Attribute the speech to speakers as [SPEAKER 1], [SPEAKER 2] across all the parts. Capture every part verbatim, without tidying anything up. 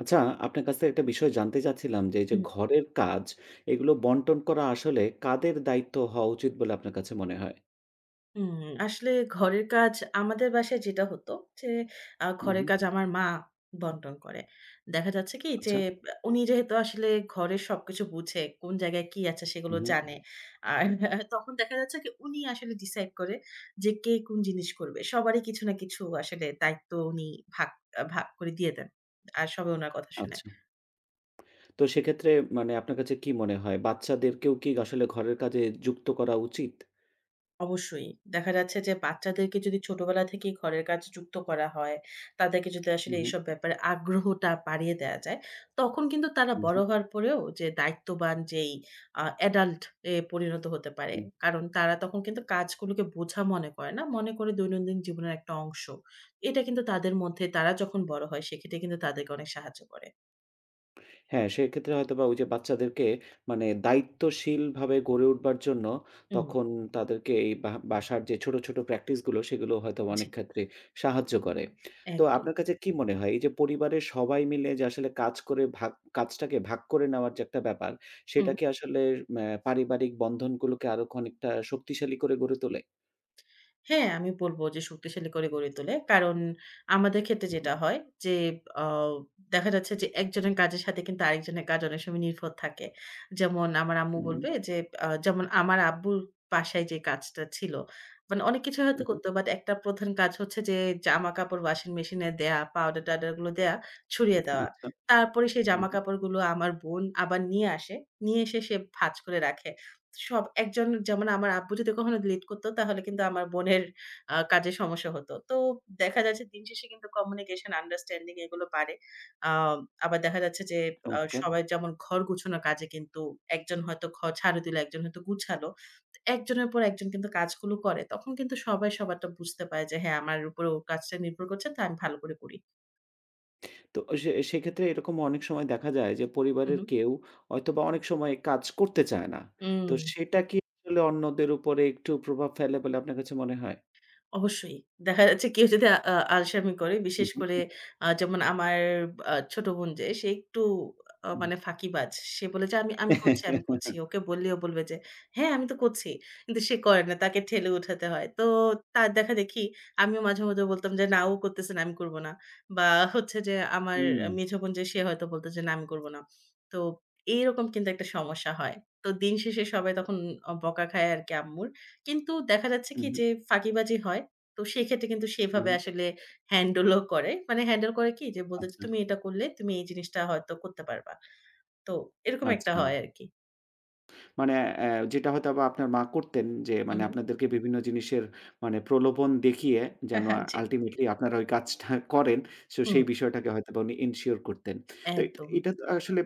[SPEAKER 1] আচ্ছা, আপনার কাছ থেকে একটা বিষয় জানতে চাচ্ছিলাম যে, এই যে
[SPEAKER 2] হুম,
[SPEAKER 1] ঘরের কাজ, এগুলো বন্টন করা আসলে কাদের দায়িত্ব হওয়া উচিত বলে আপনার কাছে মনে হয়?
[SPEAKER 2] হুম। আসলে ঘরের কাজ আমাদের বাসায় যেটা হতো যে, আ
[SPEAKER 1] হুম,
[SPEAKER 2] ঘরের
[SPEAKER 1] হুম।
[SPEAKER 2] কাজ আমার মা বন্টন করে। দেখা যাচ্ছে কি যে,
[SPEAKER 1] আচ্ছা।
[SPEAKER 2] আ উনি যেহেতু আসলে ঘরের সবকিছু বুঝে, কোন জায়গায় কি আছে সেগুলো
[SPEAKER 1] হুম, হুম।
[SPEAKER 2] জানে। আর আহ, তখন দেখা যাচ্ছে কি উনি আসলে ডিসাইড করে যে, কে কোন জিনিস করবে। সবারই কিছু না কিছু আসলে দায়িত্ব উনি ভাগ আ ভাগ করে দিয়ে দেন। আর সবাই উনার কথা শোনে।
[SPEAKER 1] আচ্ছা। তো সেক্ষেত্রে মানে আপনার কাছে কি মনে হয়? বাচ্চাদেরকেও কি আসলে ঘরের কাজে যুক্ত করা উচিত?
[SPEAKER 2] অবশ্যই। দেখা যাচ্ছে যে বাচ্চাদেরকে যদি ছোটবেলা থেকেই ঘরের কাজে যুক্ত করা হয়, তাদেরকে যদি আসলে
[SPEAKER 1] হুম, হুম।
[SPEAKER 2] এইসব ব্যাপারে আগ্রহটা বাড়িয়ে দেয়া যায়, তখন কিন্তু তারা
[SPEAKER 1] হুম,
[SPEAKER 2] বড়
[SPEAKER 1] হুম।
[SPEAKER 2] হওয়ার পরেও যে দায়িত্ববান যেই আ অ্যাডাল্ট এ পরিণত হতে পারে।
[SPEAKER 1] হুম।
[SPEAKER 2] কারণ তারা তখন কিন্তু কাজগুলোকে বোঝা মনে করে না। মনে করে দৈনন্দিন জীবনের একটা অংশ। এটা কিন্তু তাদের মধ্যে তারা যখন বড় হয় সেক্ষেত্রে কিন্তু তাদেরকে অনেক সাহায্য করে।
[SPEAKER 1] হ্যাঁ, সেক্ষেত্রে হয়তোবা ওই যে বাচ্চাদেরকে মানে দায়িত্বশীলভাবে গড়ে উঠবার জন্য
[SPEAKER 2] হুম,
[SPEAKER 1] তখন তাদেরকে এই বা বাসার যে ছোট, ছোট প্র্যাকটিস গুলো সেগুলো হয়তো
[SPEAKER 2] জি,
[SPEAKER 1] অনেক ক্ষেত্রে সাহায্য করে। তো
[SPEAKER 2] একদম।
[SPEAKER 1] আপনার কাছে কি মনে হয় এই যে পরিবারের সবাই মিলে যে আসলে কাজ করে ভাগ কাজটাকে ভাগ করে নেওয়ার যে একটা ব্যাপার
[SPEAKER 2] হুম।
[SPEAKER 1] সেটা কি আসলে ম্যা পারিবারিক বন্ধনগুলোকে আরো অনেকটা শক্তিশালী করে গড়ে তোলে?
[SPEAKER 2] হ্যাঁ, আমি বলব যে শক্তিশালী করে গড়ে তোলে। কারণ আমাদের ক্ষেত্রে
[SPEAKER 1] উহু,
[SPEAKER 2] যেটা হয় যে আ দেখা যাচ্ছে যে একজনের কাজের সাথে কিন্তু আরেকজনের কাজ অনেক সময় নির্ভর থাকে। যেমন আমার আম্মু বলবে যে আ যেমন আমার আব্বুর বাসায় যে কাজটা ছিল, মানে অনেক কিছু হয়তো
[SPEAKER 1] উহু,
[SPEAKER 2] করত। বাট একটা প্রধান কাজ হচ্ছে যে জামাকাপড় ওয়াশিং মেশিনে দেয়া, পাউডার-টাউডার গুলো দেয়া, ছড়িয়ে
[SPEAKER 1] উহু,
[SPEAKER 2] দেওয়া।
[SPEAKER 1] আচ্ছা,
[SPEAKER 2] তারপরে সেই
[SPEAKER 1] উহু,
[SPEAKER 2] জামাকাপড়গুলো আমার বোন আবার নিয়ে আসে। নিয়ে এসে সে ভাঁজ করে রাখে। সব একজন যেমন আমার আব্বু যদি কখনো lead করত তাহলে কিন্তু আমার বোনের আ কাজে সমস্যা হতো। তো দেখা যাচ্ছে দিন শেষে কিন্তু communication, understanding এগুলো বাড়ে। আ আবার দেখা যাচ্ছে যে আ
[SPEAKER 1] চমৎকার!
[SPEAKER 2] সবাই যেমন ঘর গুছানোর কাজে কিন্তু একজন হয়তো ঘর ঝাড়ু দিল, একজন হয়তো গুছালো। তো একজনের পর একজন কিন্তু কাজগুলো করে। তখন কিন্তু সবাই সবারটা বুঝতে পারে যে হ্যাঁ, আমার উপরে ওর কাজটা নির্ভর করছে তো আমি ভালো করে করি।
[SPEAKER 1] তো সে সেক্ষেত্রে এরকম অনেক সময় দেখা যায় যে
[SPEAKER 2] হু,
[SPEAKER 1] পরিবারের
[SPEAKER 2] হু।
[SPEAKER 1] কেউ হয়তোবা অনেক সময় কাজ করতে চায় না।
[SPEAKER 2] হুম।
[SPEAKER 1] তো সেটা কি আসলে অন্যদের উপরে একটু প্রভাব ফেলে বলে আপনার কাছে মনে হয়?
[SPEAKER 2] অবশ্যই। দেখা যাচ্ছে কেউ যদি আ আ আলসামি করে,
[SPEAKER 1] হুম,
[SPEAKER 2] বিশেষ
[SPEAKER 1] হুম,
[SPEAKER 2] করে
[SPEAKER 1] হুম,
[SPEAKER 2] আ যেমন আমার আ ছোট বোন যে, সে একটু আ
[SPEAKER 1] হুম।
[SPEAKER 2] মানে ফাঁকিবাজ। সে বলে যে, "আমি আমি করছি, আমি করছি।" ওকে বললেও বলবে যে, "হ্যাঁ, আমি তো করছি।" কিন্তু সে করে না। তাকে ঠেলে উঠাতে হয়। তো তার দেখাদেখি আমিও মাঝে, মাঝে বলতাম যে, "না, ও করতেছে না, আমি করব না।" বা হচ্ছে যে আমার মেঝো বোন যে, সে হয়তো বলত যে, "না, আমি করব না।" তো এইরকম কিন্তু একটা সমস্যা হয়। তো দিন শেষে সবাই তখন অ বকা খায় আরকি আম্মুর। কিন্তু দেখা যাচ্ছে কি
[SPEAKER 1] হুম, হুম,
[SPEAKER 2] যে ফাঁকিবাজি হয়। তো সেক্ষেত্রে কিন্তু
[SPEAKER 1] হুম।
[SPEAKER 2] সেভাবে আসলে হ্যান্ডেলও করে। মানে হ্যান্ডেল করে কি? যে বলত যে,
[SPEAKER 1] আচ্ছা,
[SPEAKER 2] "তুমি এটা করলে তুমি এই জিনিসটা হয়তো করতে পারবা।" তো এরকম একটা
[SPEAKER 1] আচ্ছা।
[SPEAKER 2] হয় আরকি।
[SPEAKER 1] মানে অ্যা যেটা হয়তোবা আপনার মা করতেন যে
[SPEAKER 2] হু,
[SPEAKER 1] মানে
[SPEAKER 2] হু।
[SPEAKER 1] আপনাদেরকে বিভিন্ন জিনিসের মানে প্রলোভন দেখিয়ে যেন
[SPEAKER 2] জি।
[SPEAKER 1] আল্টিমেটলি আপনারা ওই কাজটা করেন। সো
[SPEAKER 2] হুম,
[SPEAKER 1] সেই বিষয়টাকে হয়তোবা উনি এনশিওর করতেন। তো এট-
[SPEAKER 2] একদম।
[SPEAKER 1] এটা তো আসলে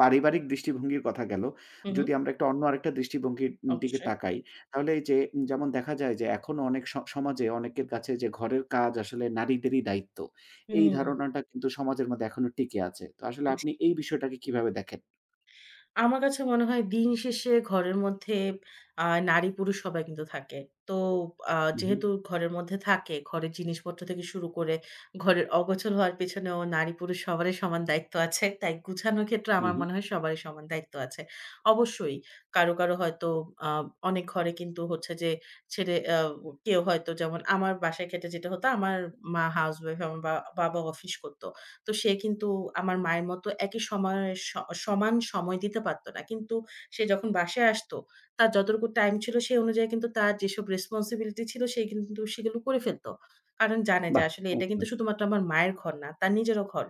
[SPEAKER 1] পারিবারিক দৃষ্টিভঙ্গির কথা গেল।
[SPEAKER 2] হু, হু।
[SPEAKER 1] যদি আমরা একটা অন্য আরেকটা দৃষ্টিভঙ্গির দিকে
[SPEAKER 2] অবশ্যই।
[SPEAKER 1] তাকাই, তাহলে এই যে যেমন দেখা যায় যে এখনো অনেক স সমাজে অনেকের কাছে যে ঘরের কাজ আসলে নারীদেরই দায়িত্ব। এই
[SPEAKER 2] হুম।
[SPEAKER 1] ধারণাটা কিন্তু সমাজের মধ্যে এখনো টিকে আছে। তো আসলে
[SPEAKER 2] জি।
[SPEAKER 1] আপনি এই বিষয়টাকে কিভাবে দেখেন?
[SPEAKER 2] আমার কাছে মনে হয় দিন শেষে ঘরের মধ্যে আ নারী-পুরুষ সবাই কিন্তু থাকে। তো আ
[SPEAKER 1] হু, হু,
[SPEAKER 2] যেহেতু ঘরের মধ্যে থাকে, ঘরের জিনিসপত্র থেকে শুরু করে ঘরের অগোছাল হওয়ার পেছনেও নারী-পুরুষ সবারই সমান দায়িত্ব আছে। তাই গুছানোর ক্ষেত্রে
[SPEAKER 1] হু,
[SPEAKER 2] আমার
[SPEAKER 1] হু।
[SPEAKER 2] মনে হয় সবারই সমান দায়িত্ব আছে। অবশ্যই কারো, কারো হয়তো আ অনেক ঘরে কিন্তু হচ্ছে যে ছেড়ে আ কেউ হয়তো যেমন আমার বাসার ক্ষেত্রে যেটা হতো আমার মা হাউসওয়াইফ আমার বা বাবা অফিস করত। তো সে কিন্তু আমার মায়ের মতো একই সময়ে স সমান সময় দিতে পারত না। কিন্তু সে যখন বাসায় আসতো, তার যতটুকু টাইম ছিল সেই অনুযায়ী কিন্তু তার যেসব রেসপনসিবিলিটি ছিল সে কিন্তু সেগুলো করে ফেলত। কারণ জানে যে
[SPEAKER 1] বাহ!
[SPEAKER 2] আসলে এটা কিন্তু
[SPEAKER 1] চমৎকার।
[SPEAKER 2] শুধুমাত্র আমার মায়ের ঘর না, তার নিজেরও ঘর।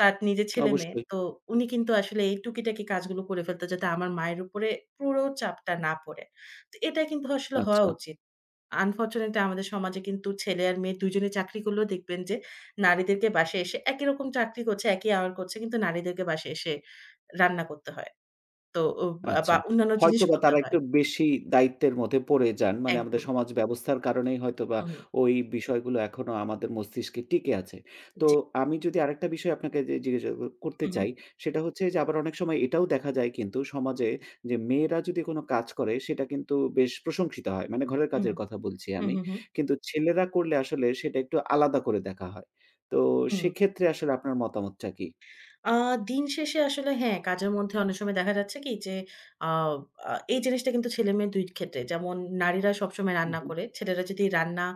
[SPEAKER 2] তার নিজের ছেলে-মেয়ে।
[SPEAKER 1] অবশ্যই।
[SPEAKER 2] তো উনি কিন্তু আসলে এই টুকিটাকি কাজগুলো করে ফেলতো যাতে আমার মায়ের উপরে পুরো চাপটা না পড়ে। তো এটা কিন্তু আসলে হওয়া
[SPEAKER 1] আচ্ছা।
[SPEAKER 2] উচিত। আনফরচুনেটলি আমাদের সমাজে কিন্তু ছেলে আর মেয়ে দুই জনই চাকরি করলেও দেখবেন যে নারীদেরকে বাসায় এসে একই রকম চাকরি করছে, একই আওয়ার করছে কিন্তু নারীদেরকে বাসায় এসে রান্না করতে হয়। তো ও বা
[SPEAKER 1] আচ্ছা।
[SPEAKER 2] বা অন্যান্য জিনিস
[SPEAKER 1] হয়তোবা
[SPEAKER 2] করতে
[SPEAKER 1] তারা
[SPEAKER 2] হয়।
[SPEAKER 1] একটু বেশি দায়িত্বের মধ্যে পড়ে যান। মানে আমাদের
[SPEAKER 2] একদম।
[SPEAKER 1] সমাজ ব্যবস্থার কারণেই হয়তোবা
[SPEAKER 2] হুম, হুম।
[SPEAKER 1] ওই বিষয়গুলো এখনো আমাদের মস্তিষ্কে টিকে আছে। তো
[SPEAKER 2] জি।
[SPEAKER 1] আমি যদি আরেকটা বিষয় আপনাকে যে জিজ্ঞাসা ক করতে
[SPEAKER 2] হু, হু।
[SPEAKER 1] চাই, সেটা হচ্ছে যে আবার অনেক সময় এটাও দেখা যায় কিন্তু সমাজে যে মেয়েরা যদি কোনো কাজ করে সেটা কিন্তু বেশ প্রশংসিত হয়। মানে ঘরের
[SPEAKER 2] হুম।
[SPEAKER 1] কাজের কথা বলছি
[SPEAKER 2] হু,
[SPEAKER 1] আমি।
[SPEAKER 2] হু, হু।
[SPEAKER 1] কিন্তু ছেলেরা করলে আসলে সেটা একটু আলাদা করে দেখা হয়। তো
[SPEAKER 2] হুম।
[SPEAKER 1] সেক্ষেত্রে আসলে আপনার মতামতটা কি?
[SPEAKER 2] আ দিন শেষে আসলে হ্যাঁ, কাজের মধ্যে অনেক সময় দেখা যাচ্ছে কি যে আ আ এই জিনিসটা কিন্তু ছেলে-মেয়ে দুই ক্ষেত্রে। যেমন নারীরা সবসময়
[SPEAKER 1] হু,
[SPEAKER 2] রান্না
[SPEAKER 1] হু।
[SPEAKER 2] করে। ছেলেরা যদি রান্না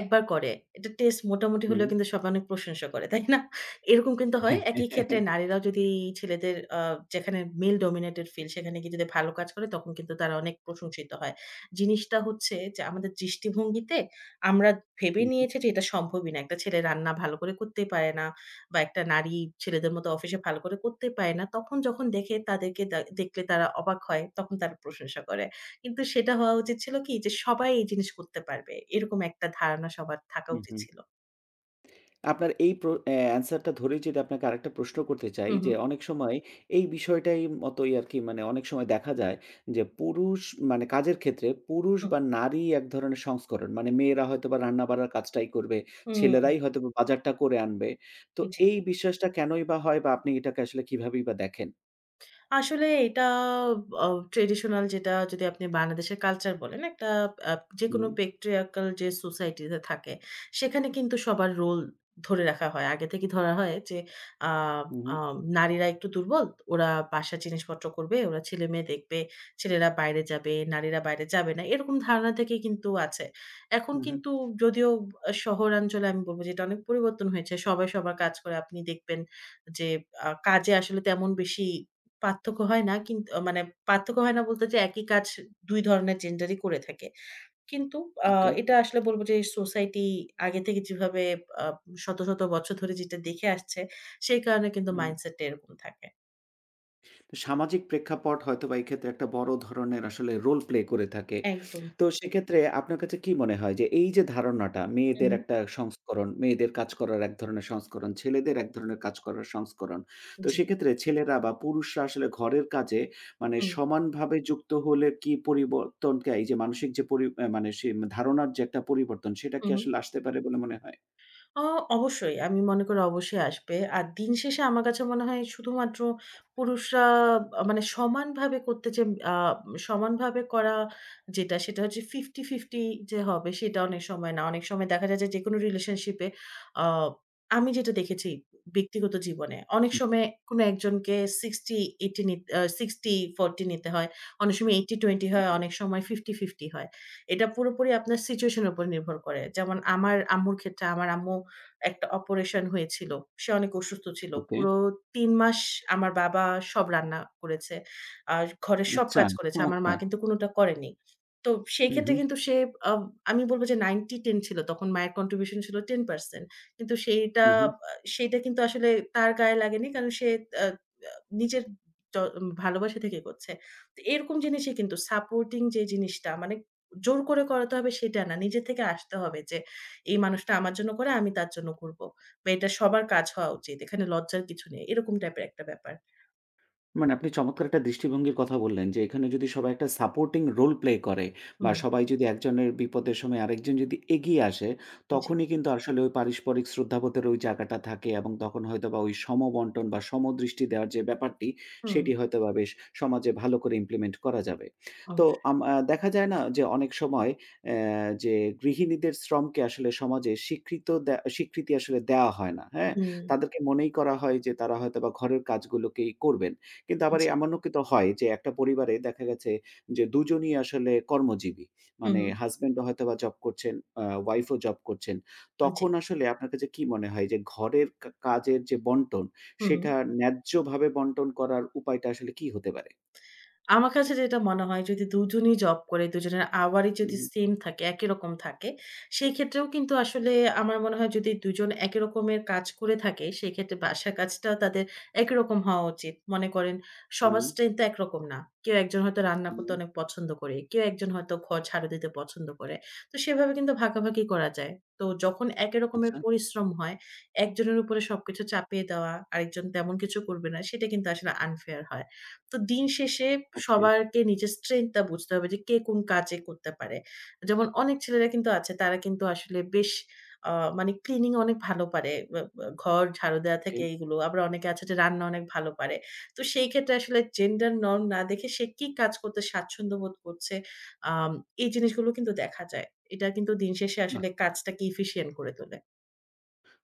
[SPEAKER 2] একবার করে, এটা টেস্ট মোটামুটি হলেও
[SPEAKER 1] হুম।
[SPEAKER 2] কিন্তু সবাই অনেক প্রশংসা করে, তাই না? এরকম কিন্তু হয়। একই ক্ষেত্রে নারীরাও যদি ছেলেদের আ যেখানে মেল ডমিনেটেড ফিল্ড সেখানে গিয়ে যদি ভালো কাজ করে তখন কিন্তু তারা অনেক প্রশংসিত হয়। জিনিসটা হচ্ছে যে আমাদের দৃষ্টিভঙ্গিতে আমরা ভেবে
[SPEAKER 1] হু, হু।
[SPEAKER 2] নিয়েছি যে এটা সম্ভবই না। একটা ছেলে রান্না ভালো করে করতেই পারে না। বা একটা নারী ছেলেদের মতো অফিসে ভালো করে করতে পারে না। তখন যখন দেখে তাদেরকে দা দেখলে তারা অবাক হয়, তখন তারা প্রশংসা করে। কিন্তু সেটা হওয়া উচিত ছিল কি যে সবাই এই জিনিস করতে পারবে। এরকম একটা ধারণা সবার থাকা
[SPEAKER 1] হু,
[SPEAKER 2] উচিত
[SPEAKER 1] হু।
[SPEAKER 2] ছিল।
[SPEAKER 1] আপনার এই প্র অ্যা অ্যান্সারটা ধরেই যদি আপনাকে আরেকটা প্রশ্ন করতে চাই
[SPEAKER 2] হু, হু।
[SPEAKER 1] যে, অনেক সময় এই বিষয়টাই মতোই আরকি মানে অনেক সময় দেখা যায় যে, পুরুষ মানে কাজের ক্ষেত্রে পুরুষ
[SPEAKER 2] হুম,
[SPEAKER 1] বা নারী এক ধরনের সংস্করণ। মানে মেয়েরা হয়তোবা রান্না-বাড়ার কাজটাই করবে,
[SPEAKER 2] হুম,
[SPEAKER 1] ছেলেরাই হয়তোবা বাজারটা করে আনবে। তো
[SPEAKER 2] জি।
[SPEAKER 1] এই বিশ্বাসটা কেনই বা হয় বা আপনি এটাকে আসলে কিভাবেই বা দেখেন?
[SPEAKER 2] আসলে এটা অ ট্র্যাডিশনাল যেটা যদি আপনি বাংলাদেশের কালচার বলেন, একটা আ যেকোনো
[SPEAKER 1] হুম,
[SPEAKER 2] patriarchal যে সোসাইটি তে থাকে, সেখানে কিন্তু সবার রোল ধরে রাখা হয়। আগে থেকে ধরা হয় যে আ
[SPEAKER 1] হু, হু,
[SPEAKER 2] আ নারীরা একটু দুর্বল, ওরা বাসার জিনিসপত্র করবে, ওরা ছেলেমেয়ে দেখবে, ছেলেরা বাইরে যাবে, নারীরা বাইরে যাবে না। এরকম ধারণা থেকেই কিন্তু আছে। এখন
[SPEAKER 1] হু, হু,
[SPEAKER 2] কিন্তু যদিও আ শহরাঞ্চলে আমি বলব যে এটা অনেক পরিবর্তন হয়েছে। সবাই সবার কাজ করে। আপনি দেখবেন যে আ কাজে আসলে তেমন বেশি পার্থক্য হয় না কিন্ত মানে পার্থক্য হয় না বলতে যে একই কাজ দুই ধরনের জেন্ডারই করে থাকে। কিন্তু আ
[SPEAKER 1] ওকে।
[SPEAKER 2] এটা আসলে বলব যে সোসাইটি আগে থেকে যেভাবে আ শত, শত বছর ধরে যেটা দেখে আসছে, সেই কারণে কিন্তু
[SPEAKER 1] হুম।
[SPEAKER 2] মাইন্ডসেট টা এরকম থাকে।
[SPEAKER 1] তো সামাজিক প্রেক্ষাপট হয়তোবা এই ক্ষেত্রে একটা বড় ধরনের আসলে রোল প্লে করে থাকে।
[SPEAKER 2] একদম।
[SPEAKER 1] তো সেক্ষেত্রে আপনার কাছে কি মনে হয় যে এই যে ধারণাটা
[SPEAKER 2] হু,
[SPEAKER 1] মেয়েদের
[SPEAKER 2] হু।
[SPEAKER 1] একটা সংস্করণ, মেয়েদের কাজ করার এক ধরনের সংস্করণ, ছেলেদের এক ধরনের কাজ করার সংস্করণ। তো
[SPEAKER 2] জি।
[SPEAKER 1] সেক্ষেত্রে ছেলেরা বা পুরুষরা আসলে ঘরের কাজে মানে
[SPEAKER 2] হুম,
[SPEAKER 1] সমানভাবে যুক্ত হলে কি পরিবর্তনকে এই যে মানসিক যে পরি আ মানে সে ধারণার যে একটা পরিবর্তন সেটা
[SPEAKER 2] হু,
[SPEAKER 1] কি
[SPEAKER 2] হু।
[SPEAKER 1] আসলে আসতে পারে বলে মনে হয়?
[SPEAKER 2] আ অবশ্যই। আমি মনে করি অবশ্যই আসবে। আর দিন শেষে আমার কাছে মনে হয় শুধুমাত্র পুরুষরা আ মানে সমানভাবে করতে যে আ সমানভাবে করা যেটা সেটা হচ্ছে ফিফটি ফিফটি যে হবে সেটা অনেক সময় না। অনেক সময় দেখা যায় যে যেকোনো রিলেশনশিপ এ আ আমি যেটা দেখেছি ব্যক্তিগত জীবনে অনেক সময় কোন একজনকে সিক্সটি এইটি নিত আ সিক্সটি ফোর্টি নিতে হয়। অনেক সময় এইটি টুয়েন্টি হয়, অনেক সময় ফিফটি ফিফটি হয়। এটা পুরোপুরি আপনার সিচুয়েশন এর উপর নির্ভর করে। যেমন আমার আম্মুর ক্ষেত্রে আমার আম্মু একটা অপারেশন হয়েছিল। সে অনেক অসুস্থ ছিল।
[SPEAKER 1] ওকে,
[SPEAKER 2] পুরো তিন মাস আমার বাবা সব রান্না করেছে। আর ঘরের সব
[SPEAKER 1] আচ্ছা
[SPEAKER 2] কাজ করেছে। আমার মা
[SPEAKER 1] চমৎকার!
[SPEAKER 2] কিন্তু কোনোটা করেনি। তো সেই
[SPEAKER 1] হু, হু।
[SPEAKER 2] ক্ষেত্রে কিন্তু সে আ আমি বলব যে নাইনটি টেন ছিল। তখন মায়ের কন্ট্রিবিউশন ছিল টেন পার্সেন্ট। কিন্তু সেইটা
[SPEAKER 1] হু, হু।
[SPEAKER 2] আ সেইটা কিন্তু আসলে তার গায়ে লাগেনি। কারণ সে আ আ নিজের য ভালোবাসা থেকে করছে। তো এরকম জিনিসই কিন্তু সাপোর্টিং যে জিনিসটা মানে জোর করে করাতে হবে সেটা না। নিজে থেকে আসতে হবে যে এই মানুষটা আমার জন্য করে আমি তার জন্য করব। বা এটা সবার কাজ হওয়া উচিত। এখানে লজ্জার কিছু নেই। এরকম টাইপের একটা ব্যাপার।
[SPEAKER 1] মানে আপনি চমৎকার একটা দৃষ্টিভঙ্গির কথা বললেন যে, এখানে যদি সবাই একটা সাপোর্টিং রোল প্লে করে বা
[SPEAKER 2] হুম,
[SPEAKER 1] সবাই যদি একজনের বিপদের সময় আরেকজন যদি এগিয়ে আসে,
[SPEAKER 2] জি।
[SPEAKER 1] তখনই কিন্তু আসলে ওই পারস্পরিক শ্রদ্ধাবোধের ওই জায়গাটা থাকে এবং তখন হয়তোবা ওই সমবন্টন বা সমদৃষ্টি দেওয়ার যে ব্যাপারটি,
[SPEAKER 2] হুম,
[SPEAKER 1] সেটি হয়তোবা বেশ সমাজে ভালো করে ইমপ্লিমেন্ট করা যাবে। তো
[SPEAKER 2] অবশ্যই।
[SPEAKER 1] আম আ দেখা যায় না যে অনেক সময় অ্যা যে গৃহিণীদের শ্রমকে আসলে সমাজে স্বীকৃত দে স্বীকৃতি আসলে দেওয়া হয় না, হ্যাঁ?
[SPEAKER 2] হুম,
[SPEAKER 1] তাদেরকে মনেই করা হয় যে তারা হয়তোবা ঘরের কাজগুলোকেই করবেন। কিন্তু আবার এ
[SPEAKER 2] জি।
[SPEAKER 1] এমনও কিন্তু হয় যে একটা পরিবারে দেখা গেছে যে দুজনই আসলে কর্মজীবী।
[SPEAKER 2] হু,
[SPEAKER 1] মানে
[SPEAKER 2] হু।
[SPEAKER 1] হাসব্যান্ডও হয়তোবা জব করছেন, আ ওয়াইফও জব করছেন।
[SPEAKER 2] জি।
[SPEAKER 1] তখন আসলে আপনার কাছে কি মনে হয় যে ঘরের কা কাজের যে বন্টন,
[SPEAKER 2] হু, হু।
[SPEAKER 1] সেটা ন্যায্যভাবে বন্টন করার উপায়টা আসলে কি হতে পারে?
[SPEAKER 2] আমার কাছে যেটা মনে হয় যদি দুজনেই জব করে, দুজনের আওয়ারই যদি
[SPEAKER 1] হুম,
[SPEAKER 2] সেম থাকে, একই রকম থাকে, সেই ক্ষেত্রেও কিন্তু আসলে আমার মনে হয় যদি দুজন একই রকমের কাজ করে থাকে, সেক্ষেত্রে বাসার কাজটাও তাদের একই রকম হওয়া উচিত। মনে করেন সবার
[SPEAKER 1] হুম,
[SPEAKER 2] স্ট্রেংথ তো একরকম না। কেউ একজন হয়তো রান্না করতে
[SPEAKER 1] হুম,
[SPEAKER 2] অনেক পছন্দ করে, কেউ একজন হয়তো ঘর ঝাড়ু দিতে পছন্দ করে। তো সেভাবে কিন্তু ভাগাভাগি করা যায়। তো যখন একই রকমের
[SPEAKER 1] আচ্ছা,
[SPEAKER 2] পরিশ্রম হয়, একজনের উপরে সবকিছু চাপিয়ে দেওয়া, আরেকজন তেমন কিছু করবে না, সেটা কিন্তু আসলে আনফেয়ার হয়। তো দিন শেষে
[SPEAKER 1] ওকে,
[SPEAKER 2] সবারকে নিজের strength টা বুঝতে হবে যে কে কোন কাজে করতে পারে। যেমন অনেক ছেলেরা কিন্তু আছে তারা কিন্তু আসলে বেশ আ মানে ক্লিনিং অনেক ভালো পারে। বা বা ঘর ঝাড়ু দেওয়া
[SPEAKER 1] ওকে।
[SPEAKER 2] থেকে এইগুলো। আবার অনেকে আছে যে রান্না অনেক ভালো পারে। তো সেই ক্ষেত্রে আসলে জেন্ডার নরম না দেখে সে কি কাজ করতে স্বাচ্ছন্দ্য বোধ করছে, আম এই জিনিসগুলো কিন্তু দেখা যায়। এটা কিন্তু দিন শেষে আসলে কাজটাকে efficient করে তোলে।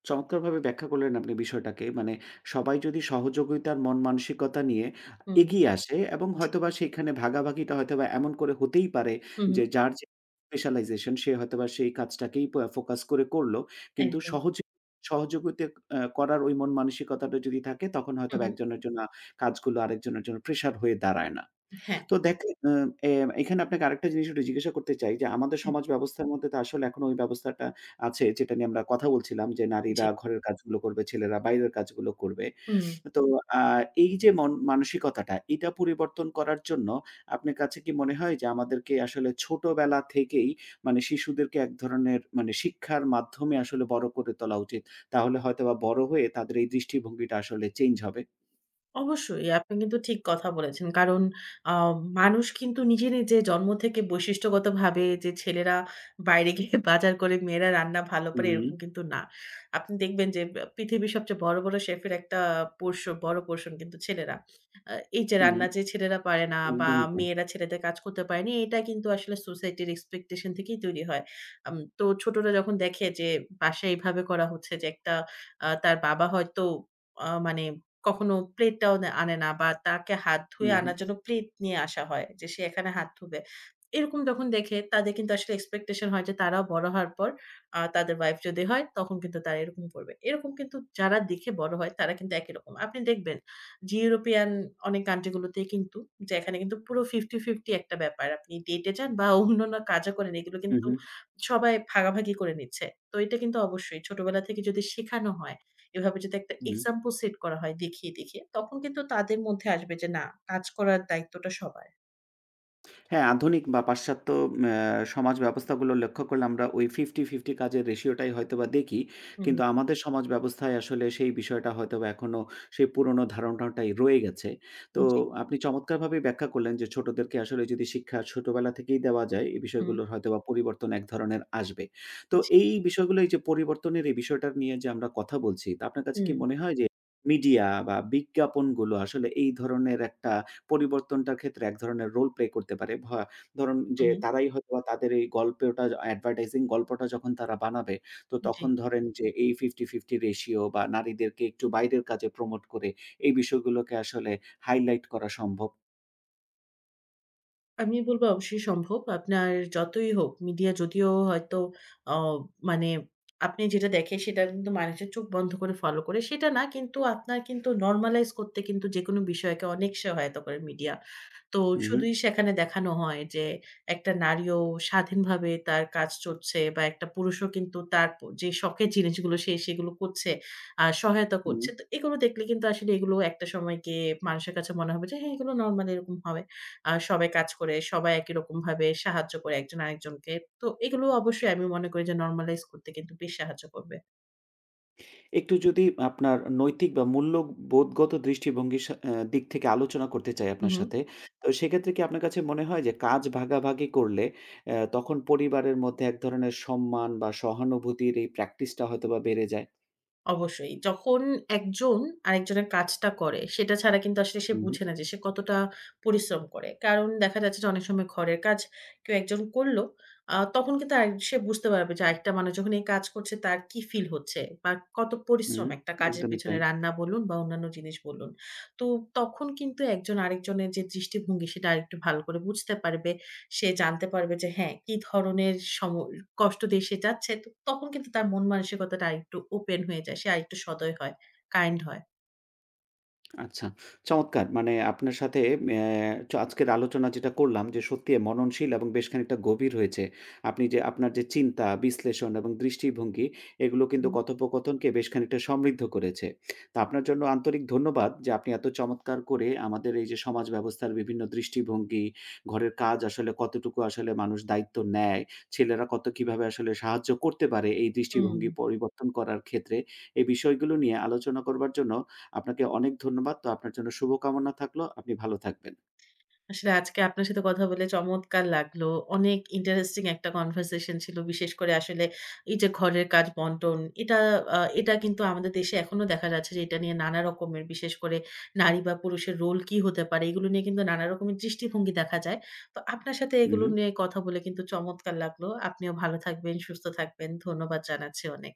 [SPEAKER 1] চমৎকারভাবে ব্যাখ্যা করলেন আপনি বিষয়টাকে। মানে সবাই যদি সহযোগিতার মন মানসিকতা নিয়ে
[SPEAKER 2] হুম,
[SPEAKER 1] এগিয়ে আসে এবং
[SPEAKER 2] জি।
[SPEAKER 1] হয়তোবা সেইখানে ভাগাভাগিটা হয়তোবা এমন করে হতেই পারে
[SPEAKER 2] হু, হু।
[SPEAKER 1] যে যার যে স্পেশালাইজেশন সে হয়তোবা সেই কাজটাকেই প ফোকাস করে করলো। কিন্তু
[SPEAKER 2] একদম।
[SPEAKER 1] সহজে সহযোগিতা আ করার ওই মন মানসিকতাটা যদি থাকে তখন
[SPEAKER 2] হু,
[SPEAKER 1] হয়তোবা
[SPEAKER 2] হু।
[SPEAKER 1] একজনের জন্য আ কাজগুলো আরেকজনের জন্য প্রেশার হয়ে দাঁড়ায় না।
[SPEAKER 2] হ্যাঁ,
[SPEAKER 1] তো দেখেন আ এ এখানে আপনাকে আরেকটা জিনিস একটু জিজ্ঞাসা করতে চাই যে, আমাদের
[SPEAKER 2] হ্যাঁ।
[SPEAKER 1] সমাজ ব্যবস্থার মধ্যে তো আসলে এখনো ওই ব্যবস্থাটা আছে যেটা নিয়ে আমরা কথা বলছিলাম যে,
[SPEAKER 2] জি।
[SPEAKER 1] নারীরা ঘরের কাজগুলো করবে, ছেলেরা বাইরের কাজগুলো করবে।
[SPEAKER 2] হুম।
[SPEAKER 1] তো আ এই যে মন মানসিকতাটা, এটা পরিবর্তন করার জন্য আপনার কাছে কি মনে হয় যে, আমাদেরকে আসলে ছোটবেলা থেকেই মানে শিশুদেরকে এক ধরনের মানে শিক্ষার মাধ্যমে আসলে বড় করে তোলা উচিত। তাহলে হয়তোবা বড় হয়ে তাদের এই দৃষ্টিভঙ্গিটা আসলে চেঞ্জ হবে।
[SPEAKER 2] অবশ্যই আপনি কিন্তু ঠিক কথা বলেছেন। কারণ আ মানুষ কিন্তু নিজে, নিজে জন্ম থেকে বৈশিষ্ট্যগতভাবে যে ছেলেরা বাইরে গিয়ে বাজার করে মেয়েরা রান্না ভালো পারে
[SPEAKER 1] হুম,
[SPEAKER 2] এরকম কিন্তু না। আপনি দেখবেন যে আ পৃথিবীর সবচেয়ে বড়, বড় শেফের একটা পোর্শ বড় পোর্শন কিন্তু ছেলেরা। আ এই যে
[SPEAKER 1] হুম,
[SPEAKER 2] রান্না যে ছেলেরা পারে না বা
[SPEAKER 1] একদমই তাই।
[SPEAKER 2] মেয়েরা ছেলেদের কাজ করতে পারেনি এটা কিন্তু আসলে সোসাইটির এক্সপেকটেশন থেকেই তৈরি হয়। আম তো ছোটরা যখন দেখে যে বাসায় এভাবে করা হচ্ছে যে একটা আ তার বাবা হয়তো আ মানে কখনো প্লেটটাও নে আনে না বা তাকে হাত
[SPEAKER 1] হু,
[SPEAKER 2] ধুয়ে
[SPEAKER 1] হু,
[SPEAKER 2] আনার জন্য প্লেট নিয়ে আসা হয় যে, সে এখানে হাত ধুবে। এরকম যখন দেখে তাদের কিন্তু আসলে এক্সপেকটেশন হয় যে তারাও বড় হওয়ার পর আ তাদের ওয়াইফ যদি হয় তখন কিন্তু তারা এরকম করবে। এরকম কিন্তু যারা দেখে বড় হয় তারা কিন্তু একই রকম। আপনি দেখবেন যে ইউরোপিয়ান অনেক কান্ট্রি গুলোতেই কিন্তু যে এখানে কিন্তু পুরো ফিফটি ফিফটি একটা ব্যাপার। আপনি ডেটে যান বা অন্যান্য কাজও করেন এগুলো কিন্তু
[SPEAKER 1] হু,
[SPEAKER 2] সবাই ভাগাভাগি করে নিচ্ছে। তো এটা কিন্তু অবশ্যই ছোটবেলা থেকে যদি শেখানো হয় এভাবে যদি একটা
[SPEAKER 1] হু।
[SPEAKER 2] এক্সাম্পল সেট করা হয় দেখিয়ে, দেখিয়ে তখন কিন্তু তাদের মধ্যে আসবে যে না কাজ করার দায়িত্বটা সবার।
[SPEAKER 1] হ্যাঁ, আধুনিক বা পাশ্চাত্য অ্যা সমাজ ব্যবস্থাগুলো লক্ষ্য করলে আমরা ওই ফিফটি ফিফটি কাজের রেশিওটাই হয়তোবা দেখি।
[SPEAKER 2] হুম, হুম।
[SPEAKER 1] কিন্তু আমাদের সমাজ ব্যবস্থায় আসলে সেই বিষয়টা হয়তোবা এখনো সেই পুরনো ধারণাটাই রয়ে গেছে। তো
[SPEAKER 2] জি।
[SPEAKER 1] আপনি চমৎকারভাবেই ব্যাখ্যা করলেন যে ছোটদেরকে আসলে যদি শিক্ষা ছোটবেলা থেকেই দেওয়া যায়, এই
[SPEAKER 2] হুম,
[SPEAKER 1] বিষয়গুলোর হয়তোবা পরিবর্তন এক ধরনের আসবে। তো
[SPEAKER 2] জি।
[SPEAKER 1] এই বিষয়গুলো এই যে পরিবর্তনের এই বিষয়টা নিয়ে যে আমরা কথা বলছি, তা আপনার কাছে
[SPEAKER 2] হুম,
[SPEAKER 1] কি মনে হয় যে মিডিয়া বা বিজ্ঞাপনগুলো আসলে এই ধরনের একটা পরিবর্তনটার ক্ষেত্রে এক ধরনের রোল প্লে করতে পারে। ভ ধরুন যে
[SPEAKER 2] হুম,
[SPEAKER 1] তারাই হয়তোবা তাদের এই গল্পটা অ্যাডভার্টাইজিং গল্পটা যখন তারা বানাবে, তো
[SPEAKER 2] জি।
[SPEAKER 1] তখন ধরেন যে এই ফিফটি ফিফটি রেশিও বা নারীদেরকে একটু বাইরের কাজে প্রমোট করে এই বিষয়গুলোকে আসলে হাইলাইট করা সম্ভব।
[SPEAKER 2] আমি বলব অবশ্যই সম্ভব। আপনার যতই হোক মিডিয়া যদিও হয়তো অ মানে আপনি যেটা দেখেন সেটা কিন্তু মানুষের চোখ বন্ধ করে ফলো করে সেটা না কিন্তু আপনার কিন্তু নরমালাইজ করতে কিন্তু যেকোনো বিষয়কে অনেক সহায়তা করে মিডিয়া। তো
[SPEAKER 1] হু, হু।
[SPEAKER 2] শুধুই সেখানে দেখানো হয় যে একটা নারীও স্বাধীনভাবে তার কাজ চলছে বা একটা পুরুষও কিন্তু তার প যে শখের জিনিসগুলো সে সেগুলো করছে, আ সহায়তা
[SPEAKER 1] হু।
[SPEAKER 2] করছে। তো এগুলো দেখলে কিন্তু আসলে এগুলো একটা সময় গিয়ে মানুষের কাছে মনে হবে যে হ্যাঁ, এগুলো নরমাল এরকম হয়। আ সবাই কাজ করে, সবাই একই রকমভাবে সাহায্য করে একজন আরেকজনকে। তো এগুলো অবশ্যই আমি মনে করি যে নরমালাইজ করতে কিন্তু বেশ সাহায্য করবে।
[SPEAKER 1] একটু যদি আপনার নৈতিক বা মূল্যবোধগত দৃষ্টিভঙ্গির সা অ্যা দিক থেকে আলোচনা করতে চাই
[SPEAKER 2] হু,
[SPEAKER 1] আপনার
[SPEAKER 2] হু।
[SPEAKER 1] সাথে। তো সেক্ষেত্রে কি আপনার কাছে মনে হয় যে কাজ ভাগাভাগি করলে অ্যা তখন পরিবারের মধ্যে এক ধরনের সম্মান বা সহানুভূতির এই প্র্যাকটিসটা হয়তোবা বেড়ে যায়?
[SPEAKER 2] অবশ্যই। যখন একজন আরেকজনের কাজটা করে, সেটা ছাড়া কিন্তু আসলে সে
[SPEAKER 1] হুম,
[SPEAKER 2] বুঝে না যে সে কতটা পরিশ্রম করে। কারণ দেখা যাচ্ছে যে অনেক সময় ঘরের কাজ কেউ একজন করল, আ তখন কিন্তু আরেক সে বুঝতে পারবে যে আরেকটা মানুষ যখন এই কাজ করছে তার কি ফিল হচ্ছে বা কত
[SPEAKER 1] হুম।
[SPEAKER 2] পরিশ্রম একটা কাজের
[SPEAKER 1] একদমই
[SPEAKER 2] পিছনে
[SPEAKER 1] তাই।
[SPEAKER 2] রান্না বলুন বা অন্যান্য জিনিস বলুন। তো তখন কিন্তু একজন আরেকজনের যে দৃষ্টিভঙ্গি সেটা আরেকটু ভালো করে বুঝতে পারবে সে জানতে পারবে যে হ্যাঁ, কি ধরনের সম কষ্ট দিয়ে সে যাচ্ছে। তো তখন কিন্তু তার মন মানসিকতাটা আরেকটু ওপেন হয়ে যায়। সে আরেকটু সদয় হয়, কাইন্ড হয়।
[SPEAKER 1] আচ্ছা, চমৎকার! মানে আপনার সাথে অ্যা চ আজকের আলোচনা যেটা করলাম যে সত্যি এ মননশীল এবং বেশ খানিকটা গভীর হয়েছে। আপনি যে আপনার যে চিন্তা, বিশ্লেষণ এবং দৃষ্টিভঙ্গি এগুলো কিন্তু
[SPEAKER 2] হুম।
[SPEAKER 1] কথোপকথনকে বেশ খানিকটা সমৃদ্ধ করেছে। তো আপনার জন্য আন্তরিক ধন্যবাদ যে আপনি এত চমৎকার করে আমাদের এই যে সমাজ ব্যবস্থার বিভিন্ন দৃষ্টিভঙ্গি, ঘরের কাজ আসলে কতটুকু আসলে মানুষ দায়িত্ব নেয়, ছেলেরা কত কিভাবে আসলে সাহায্য করতে পারে এই
[SPEAKER 2] হুম।
[SPEAKER 1] দৃষ্টিভঙ্গি পরিবর্তন করার ক্ষেত্রে। এই বিষয়গুলো নিয়ে আলোচনা করবার জন্য আপনাকে অনেক ধন্যবাদ। তো আপনার জন্য শুভকামনা থাকলো। আপনি ভালো থাকবেন।
[SPEAKER 2] আসলে আজকে আপনার সাথে কথা বলে চমৎকার লাগলো। অনেক ইন্টারেস্টিং একটা কনভারসেশন ছিল। বিশেষ করে আসলে এই যে ঘরের কাজ বন্টন, এটা আ এটা কিন্তু আমাদের দেশে এখনো দেখা যাচ্ছে যে এটা নিয়ে নানা রকমের বিশেষ করে নারী বা পুরুষের রোল কি হতে পারে, এগুলো নিয়ে কিন্তু নানা রকমের দৃষ্টিভঙ্গি দেখা যায়। তো আপনার সাথে এগুলো
[SPEAKER 1] উহু।
[SPEAKER 2] নিয়ে কথা বলে কিন্তু চমৎকার লাগলো। আপনিও ভালো থাকবেন, সুস্থ থাকবেন। ধন্যবাদ জানাচ্ছি অনেক।